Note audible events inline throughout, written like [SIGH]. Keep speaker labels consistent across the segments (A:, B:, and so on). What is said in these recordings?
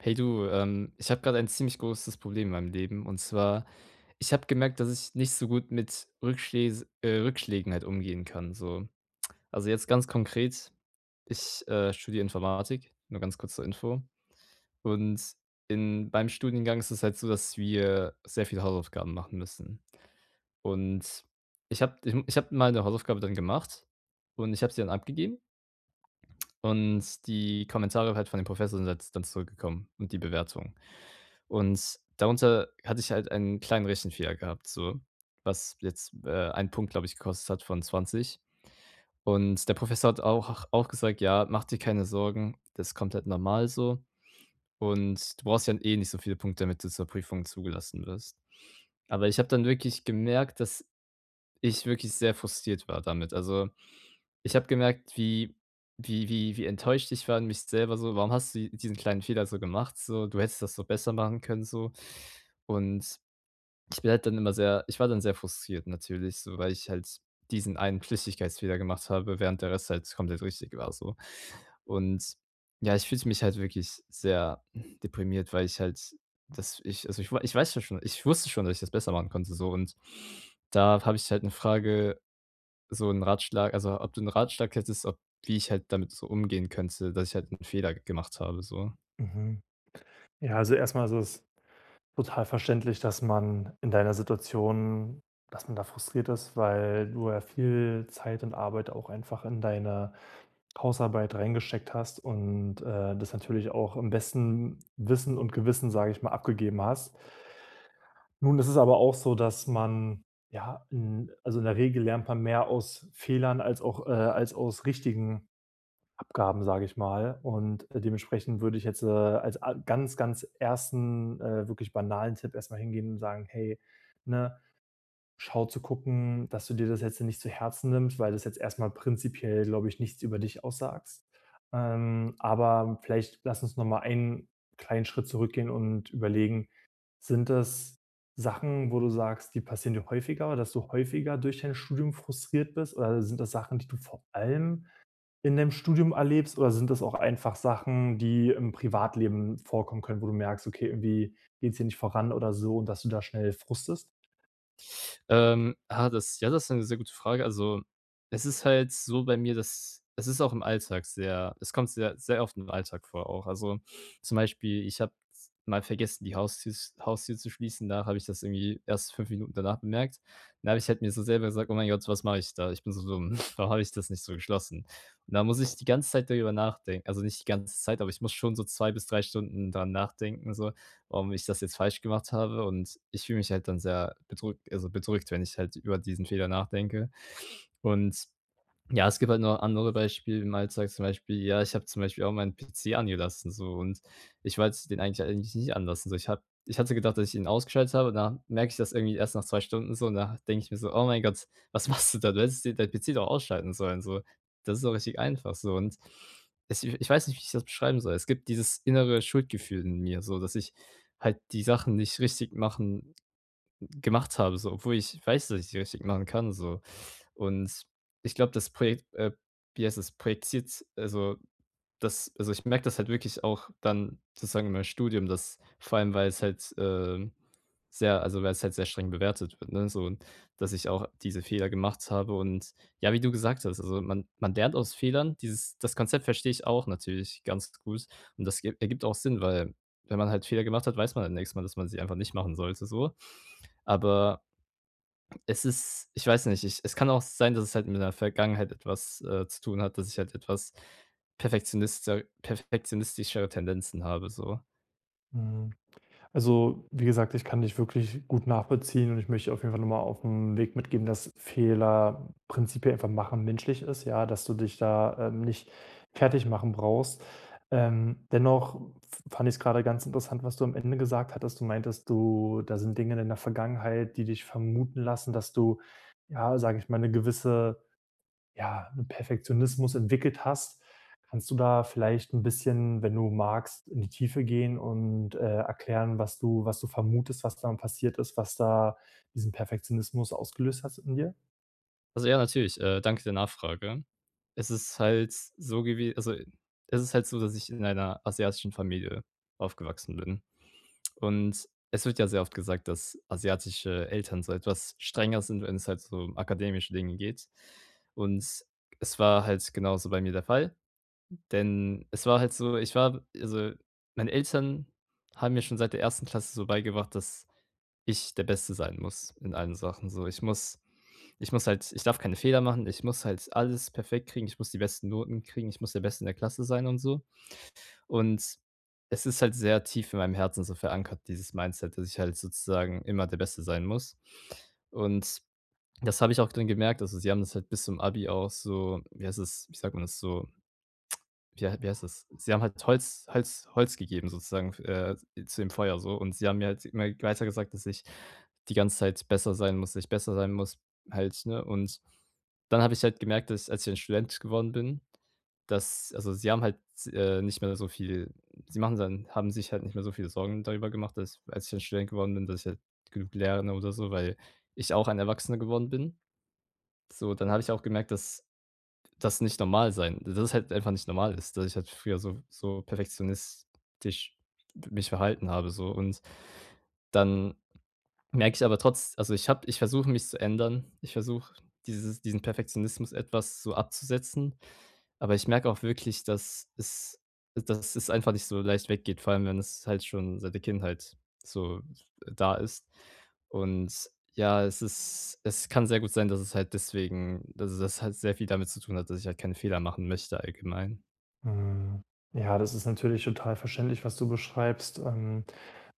A: Hey du, ich habe gerade ein ziemlich großes Problem in meinem Leben. Und zwar, ich habe gemerkt, dass ich nicht so gut mit Rückschläs Rückschlägen halt umgehen kann, so. Also jetzt ganz konkret, ich studiere Informatik, nur ganz kurz zur Info. Und in beim Studiengang ist es halt so, dass wir sehr viele Hausaufgaben machen müssen. Und ich habe mal eine Hausaufgabe dann gemacht und ich habe sie dann abgegeben und die Kommentare halt von dem Professor sind halt dann zurückgekommen und die Bewertung. Und darunter hatte ich halt einen kleinen Rechenfehler gehabt, so, was jetzt, 1 Punkt, glaube ich, gekostet hat von 20. Und der Professor hat auch gesagt: „Ja, mach dir keine Sorgen, das ist komplett normal so und du brauchst ja eh nicht so viele Punkte, damit du zur Prüfung zugelassen wirst." Aber ich habe dann wirklich gemerkt, dass ich wirklich sehr frustriert war damit. Also, ich habe gemerkt, wie enttäuscht ich war in mich selber so: „Warum hast du diesen kleinen Fehler so gemacht so? Du hättest das so besser machen können so." Und ich war dann sehr frustriert natürlich, so, weil ich halt diesen einen Flüchtigkeitsfehler gemacht habe, während der Rest halt komplett richtig war so. Und ja, ich fühlte mich halt wirklich sehr deprimiert, weil ich halt dass ich also, ich wei ich weiß ja schon ich wusste schon, dass ich das besser machen konnte so, und da habe ich halt eine Frage, ob du einen Ratschlag hättest, ob wie ich halt damit so umgehen könnte, dass ich halt einen Fehler gemacht habe so.
B: Mhm. Ja, also erstmal ist es total verständlich, dass man in deiner Situation dass man da frustriert ist, weil du ja viel Zeit und Arbeit auch einfach in deine Hausarbeit reingesteckt hast und, das natürlich auch im besten Wissen und Gewissen, sage ich mal, abgegeben hast. Nun ist es aber auch so, dass man, ja, in also in der Regel lernt man mehr aus Fehlern als auch als aus richtigen Abgaben, sage ich mal. Und, dementsprechend würde ich jetzt, als a ganz, ganz ersten, wirklich banalen Tipp erstmal hingehen und sagen: „Hey, ne, schau zu gucken, dass du dir das jetzt nicht zu Herzen nimmst, weil das jetzt erstmal prinzipiell, glaube ich, nichts über dich aussagst. Aber vielleicht lass uns noch mal einen kleinen Schritt zurückgehen und überlegen, sind das Sachen, wo du sagst, die passieren dir häufiger, dass du häufiger durch dein Studium frustriert bist? Oder sind das Sachen, die du vor allem in deinem Studium erlebst oder sind das auch einfach Sachen, die im Privatleben vorkommen können, wo du merkst: „Okay, irgendwie geht es hier nicht voran“ oder so und dass du da schnell frustest?
A: Das das ist eine sehr gute Frage. Also, es ist halt so bei mir, dass es kommt sehr sehr oft im Alltag vor auch. Also, zum Beispiel, ich habe mal vergessen, die Haustür zu schließen. Da habe ich das irgendwie erst 5 Minuten danach bemerkt. Dann habe ich halt mir so selber gesagt: „Oh mein Gott, was mache ich da? Ich bin so dumm. [LAUGHS] Warum habe ich das nicht so geschlossen?" Und da muss ich die ganze Zeit darüber nachdenken. Also, nicht die ganze Zeit, aber ich muss schon so 2 bis 3 Stunden dran nachdenken so: warum ich das jetzt falsch gemacht habe. Und ich fühle mich halt dann sehr bedrückt, also bedrückt, wenn ich halt über diesen Fehler nachdenke. Und ja, es gibt halt noch andere Beispiele im Alltag, zum Beispiel ja, ich habe zum Beispiel auch meinen PC angelassen so, und ich wollte den eigentlich nicht anlassen. So, ich hatte gedacht, dass ich ihn ausgeschaltet habe, und dann merke ich das irgendwie erst nach 2 Stunden so, und da denke ich mir so: „Oh mein Gott, was [LAUGHS] machst du da? Du hättest den deinen PC doch ausschalten sollen so. Das ist doch richtig einfach so." Und es ich ich weiß nicht, wie ich das beschreiben soll. Es gibt dieses innere Schuldgefühl in mir so, dass ich halt die Sachen nicht richtig machen gemacht habe, so, obwohl ich weiß, dass ich die richtig machen kann so. Und ich glaube, das Projekt wie heißt es, projiziert also, ich merke das halt wirklich auch dann sozusagen in meinem Studium, dass vor allem, weil es weil es halt sehr streng bewertet wird, ne, so, dass ich auch diese Fehler gemacht habe, und ja, wie du gesagt hast, also, man lernt aus Fehlern. Dieses das Konzept verstehe ich auch natürlich ganz gut, und das ge ergibt auch Sinn, weil wenn man halt Fehler gemacht hat, weiß man halt nächstes Mal, dass man sie einfach nicht machen sollte so. Aber es ist ich weiß nicht, ich es kann auch sein, dass es halt mit der Vergangenheit etwas, zu tun hat, dass ich halt etwas perfektionister perfektionistischere Tendenzen habe so.
B: Mhm. Also, wie gesagt, ich kann dich wirklich gut nachbeziehen und ich möchte auf jeden Fall nochmal auf den Weg mitgeben, dass Fehler prinzipiell einfach machen menschlich ist, ja, dass du dich da nicht fertig machen brauchst. Dennoch fand ich es gerade ganz interessant, was du am Ende gesagt hattest. Du meintest, du, da sind Dinge in der Vergangenheit, die dich vermuten lassen, dass du, ja, sage ich mal, eine gewisse ja, einen Perfektionismus entwickelt hast. Kannst du da vielleicht ein bisschen, wenn du magst, in die Tiefe gehen und, erklären, was du vermutest, was da passiert ist, was da diesen Perfektionismus ausgelöst hat in dir?
A: Also, ja, natürlich, danke der Nachfrage. Es ist halt so gewesen. Also, es ist halt so, dass ich in einer asiatischen Familie aufgewachsen bin. Und es wird ja sehr oft gesagt, dass asiatische Eltern so etwas strenger sind, wenn es halt so um akademische Dinge geht. Und es war halt genauso bei mir der Fall. Denn es war halt so ich war also, Meine Eltern haben mir schon seit der ersten Klasse so beigebracht, dass ich der Beste sein muss in allen Sachen. So, ich muss halt ich darf keine Fehler machen, ich muss halt alles perfekt kriegen, ich muss die besten Noten kriegen, ich muss der Beste in der Klasse sein und so. Und es ist halt sehr tief in meinem Herzen so verankert, dieses Mindset, dass ich halt sozusagen immer der Beste sein muss. Und das habe ich auch dann gemerkt. Also, sie haben das halt bis zum Abi auch so wie heißt es, wie sagt man das, so wie hei wie heißt das? Sie haben halt Holz gegeben sozusagen, zu dem Feuer so, und sie haben mir halt immer weiter gesagt, dass ich die ganze Zeit besser sein muss, dass ich besser sein muss halt, ne? Und dann habe ich halt gemerkt, dass als ich ein Student geworden bin, dass also, sie haben halt nicht mehr so viel sie machen dann haben sich halt nicht mehr so viele Sorgen darüber gemacht, dass als ich ein Student geworden bin, dass ich halt genug lerne oder so, weil ich auch ein Erwachsener geworden bin. So, dann habe ich auch gemerkt, dass dass es halt einfach nicht normal ist, dass ich halt früher so perfektionistisch mich verhalten habe so, und dann merke ich aber trotz also, ich habe ich versuche mich zu ändern. Ich versuche dieses diesen Perfektionismus etwas so abzusetzen, aber ich merke auch wirklich, dass es einfach nicht so leicht weggeht, vor allem, wenn es halt schon seit der Kindheit so da ist. Und ja, es kann sehr gut sein, dass es das halt sehr viel damit zu tun hat, dass ich halt keine Fehler machen möchte allgemein.
B: Mhm. Ja, das ist natürlich total verständlich, was du beschreibst.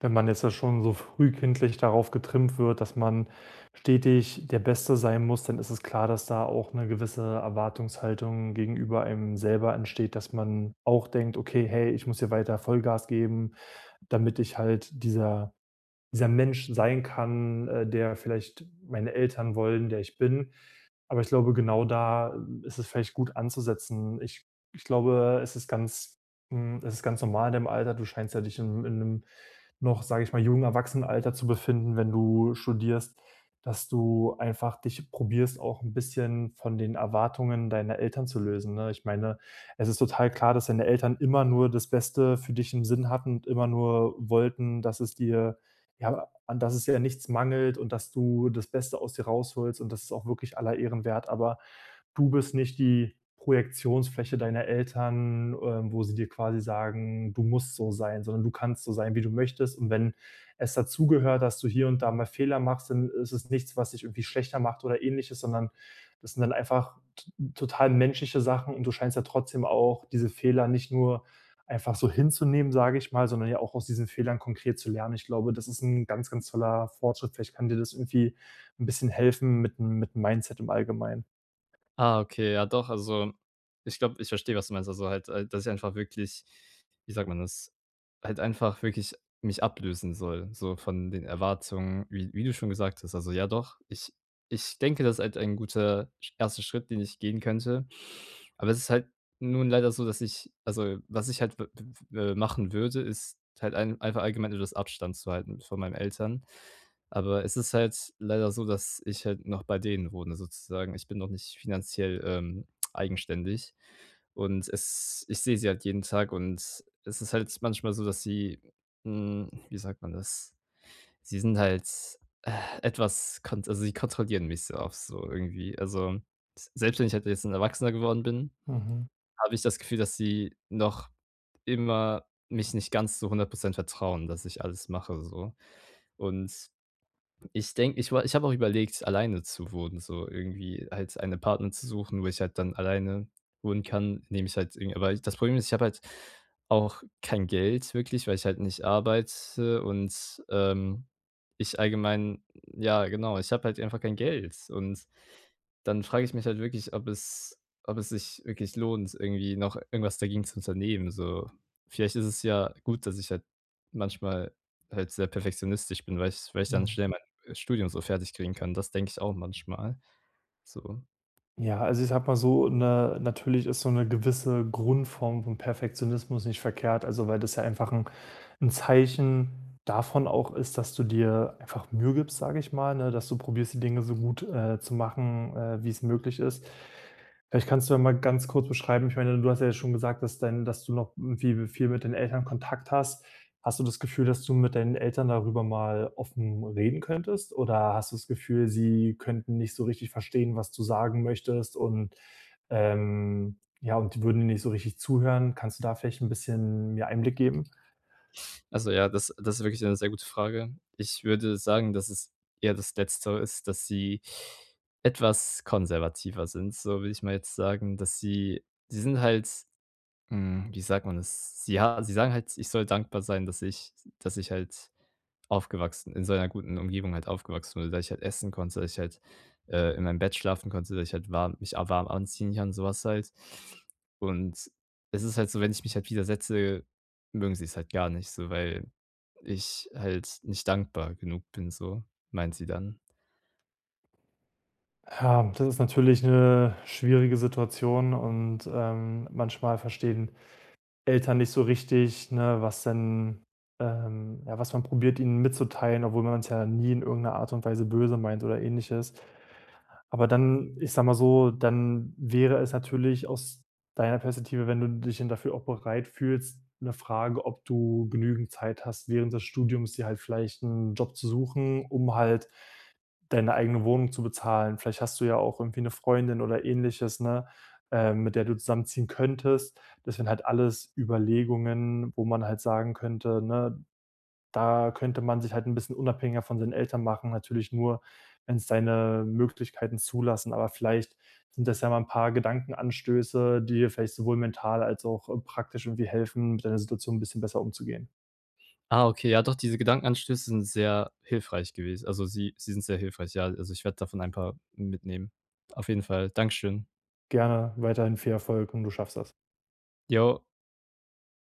B: Wenn man jetzt ja schon so frühkindlich darauf getrimmt wird, dass man stetig der Beste sein muss, dann ist es klar, dass da auch eine gewisse Erwartungshaltung gegenüber einem selber entsteht, dass man auch denkt, okay, hey, ich muss hier weiter Vollgas geben, damit ich halt dieser Mensch sein kann, der vielleicht meine Eltern wollen, der ich bin. Aber ich glaube, genau da ist es vielleicht gut anzusetzen. Ich glaube, es ist ganz hm, es ist ganz normal in dem Alter. Du scheinst ja dich in 'nem noch, sage ich mal, jungen Erwachsenenalter zu befinden, wenn du studierst, dass du einfach dich probierst, auch ein bisschen von den Erwartungen deiner Eltern zu lösen, ne? Ich meine, es ist total klar, dass deine Eltern immer nur das Beste für dich im Sinn hatten und immer nur wollten, dass es dir ja, an dass es ja nichts mangelt und dass du das Beste aus dir rausholst und das ist auch wirklich aller Ehren wert, aber du bist nicht die Projektionsfläche deiner Eltern, wo sie dir quasi sagen: „Du musst so sein“, sondern du kannst so sein, wie du möchtest und wenn es dazugehört, dass du hier und da mal Fehler machst, dann ist es nichts, was dich irgendwie schlechter macht oder Ähnliches, sondern das sind dann einfach t total menschliche Sachen und du scheinst ja trotzdem auch diese Fehler nicht nur einfach so hinzunehmen, sage ich mal, sondern ja auch aus diesen Fehlern konkret zu lernen. Ich glaube, das ist ein ganz, ganz toller Fortschritt. Vielleicht kann dir das irgendwie ein bisschen helfen mit 'n mit 'm Mindset im Allgemeinen.
A: Ah, okay, ja doch, also, ich glaube, ich verstehe, was du meinst. Also, halt, dass ich einfach wirklich, wie sagt man das? Halt einfach wirklich mich ablösen soll, so von den Erwartungen, wie du schon gesagt hast. Also, ja doch, ich denke, das ist halt ein guter sch 1. Schritt, den ich gehen könnte. Aber es ist halt nun leider so, dass was ich halt w w machen würde, ist halt einfach allgemein etwas Abstand zu halten von meinen Eltern. Aber es ist halt leider so, dass ich halt noch bei denen wohne sozusagen. Ich bin noch nicht finanziell, eigenständig, und es ich sehe sie halt jeden Tag, und es ist halt manchmal so, dass sie, hm, wie sagt man das? Sie sind halt, äh, etwas sie kontrollieren mich so oft so irgendwie. Also, s selbst wenn ich halt jetzt ein Erwachsener geworden bin,
B: Mhm.
A: habe ich das Gefühl, dass sie noch immer mich nicht ganz zu 100% vertrauen, dass ich alles mache so. Und ich denke, ich habe auch überlegt, alleine zu wohnen, so irgendwie halt eine Partner zu suchen, wo ich halt dann alleine wohnen kann, indem ich halt irgendwie aber ich- das Problem ist, ich habe halt auch kein Geld wirklich, weil ich halt nicht arbeite und, ähm, genau, ich habe halt einfach kein Geld, und dann frage ich mich halt wirklich, ob es sich wirklich lohnt, irgendwie noch irgendwas dagegen zu unternehmen, so. Vielleicht ist es ja gut, dass ich halt manchmal halt sehr perfektionistisch bin, weil ich dann
B: Mhm.
A: schnell, Studium so fertig kriegen kann. Das denke ich auch manchmal. So.
B: Ja, also ich sage mal so, 'ne natürlich ist so eine gewisse Grundform von Perfektionismus nicht verkehrt, also weil das ja einfach ein Zeichen davon auch ist, dass du dir einfach Mühe gibst, sage ich mal, ne, dass du probierst, die Dinge so gut, zu machen, wie es möglich ist. Vielleicht kannst du ja mal ganz kurz beschreiben ich meine, du hast ja schon gesagt, dass dein dass du noch irgendwie viel mit den Eltern Kontakt hast. Hast du das Gefühl, dass du mit deinen Eltern darüber mal offen reden könntest? Oder hast du das Gefühl, sie könnten nicht so richtig verstehen, was du sagen möchtest und, ja, und die würden dir nicht so richtig zuhören? Kannst du da vielleicht ein bisschen mir Einblick geben?
A: Also ja, das ist wirklich eine sehr gute Frage. Ich würde sagen, dass es eher das Letztere ist, dass sie etwas konservativer sind, so will ich mal jetzt sagen, dass sie sie sind halt hm, wie sagt man das? Sie ha sie sagen halt, ich soll dankbar sein, dass ich halt aufgewachsen in so einer guten Umgebung halt aufgewachsen bin, dass ich halt essen konnte, in meinem Bett schlafen konnte, dass ich halt warm mich a warm anziehen kann, sowas halt. Und es ist halt so, wenn ich mich halt widersetze, mögen sie es halt gar nicht so, weil ich halt nicht dankbar genug bin, so, meint sie dann.
B: Ja, das ist natürlich eine schwierige Situation und, manchmal verstehen Eltern nicht so richtig, ne, was denn ja, was man probiert, ihnen mitzuteilen, obwohl man es ja nie in irgendeiner Art und Weise böse meint oder Ähnliches. Aber dann ich sag mal so, dann wäre es natürlich aus deiner Perspektive, wenn du dich dann dafür auch bereit fühlst, eine Frage, ob du genügend Zeit hast, während des Studiums dir halt vielleicht einen Job zu suchen, um halt deine eigene Wohnung zu bezahlen. Vielleicht hast du ja auch irgendwie eine Freundin oder Ähnliches, ne, mit der du zusammenziehen könntest. Das sind halt alles Überlegungen, wo man halt sagen könnte, ne, da könnte man sich halt ein bisschen unabhängiger von seinen Eltern machen, natürlich nur, wenn es seine Möglichkeiten zulassen. Aber vielleicht sind das ja mal ein paar Gedankenanstöße, die dir vielleicht sowohl mental als auch, praktisch irgendwie helfen, mit deiner Situation ein bisschen besser umzugehen.
A: Ah, okay, ja doch, diese Gedankenanstöße sind sehr hilfreich gewesen. Also, sie sind sehr hilfreich, ja. Also, ich werde davon ein paar mitnehmen. Auf jeden Fall. Dankeschön.
B: Gerne weiterhin viel Erfolg und du schaffst das.
A: Jo.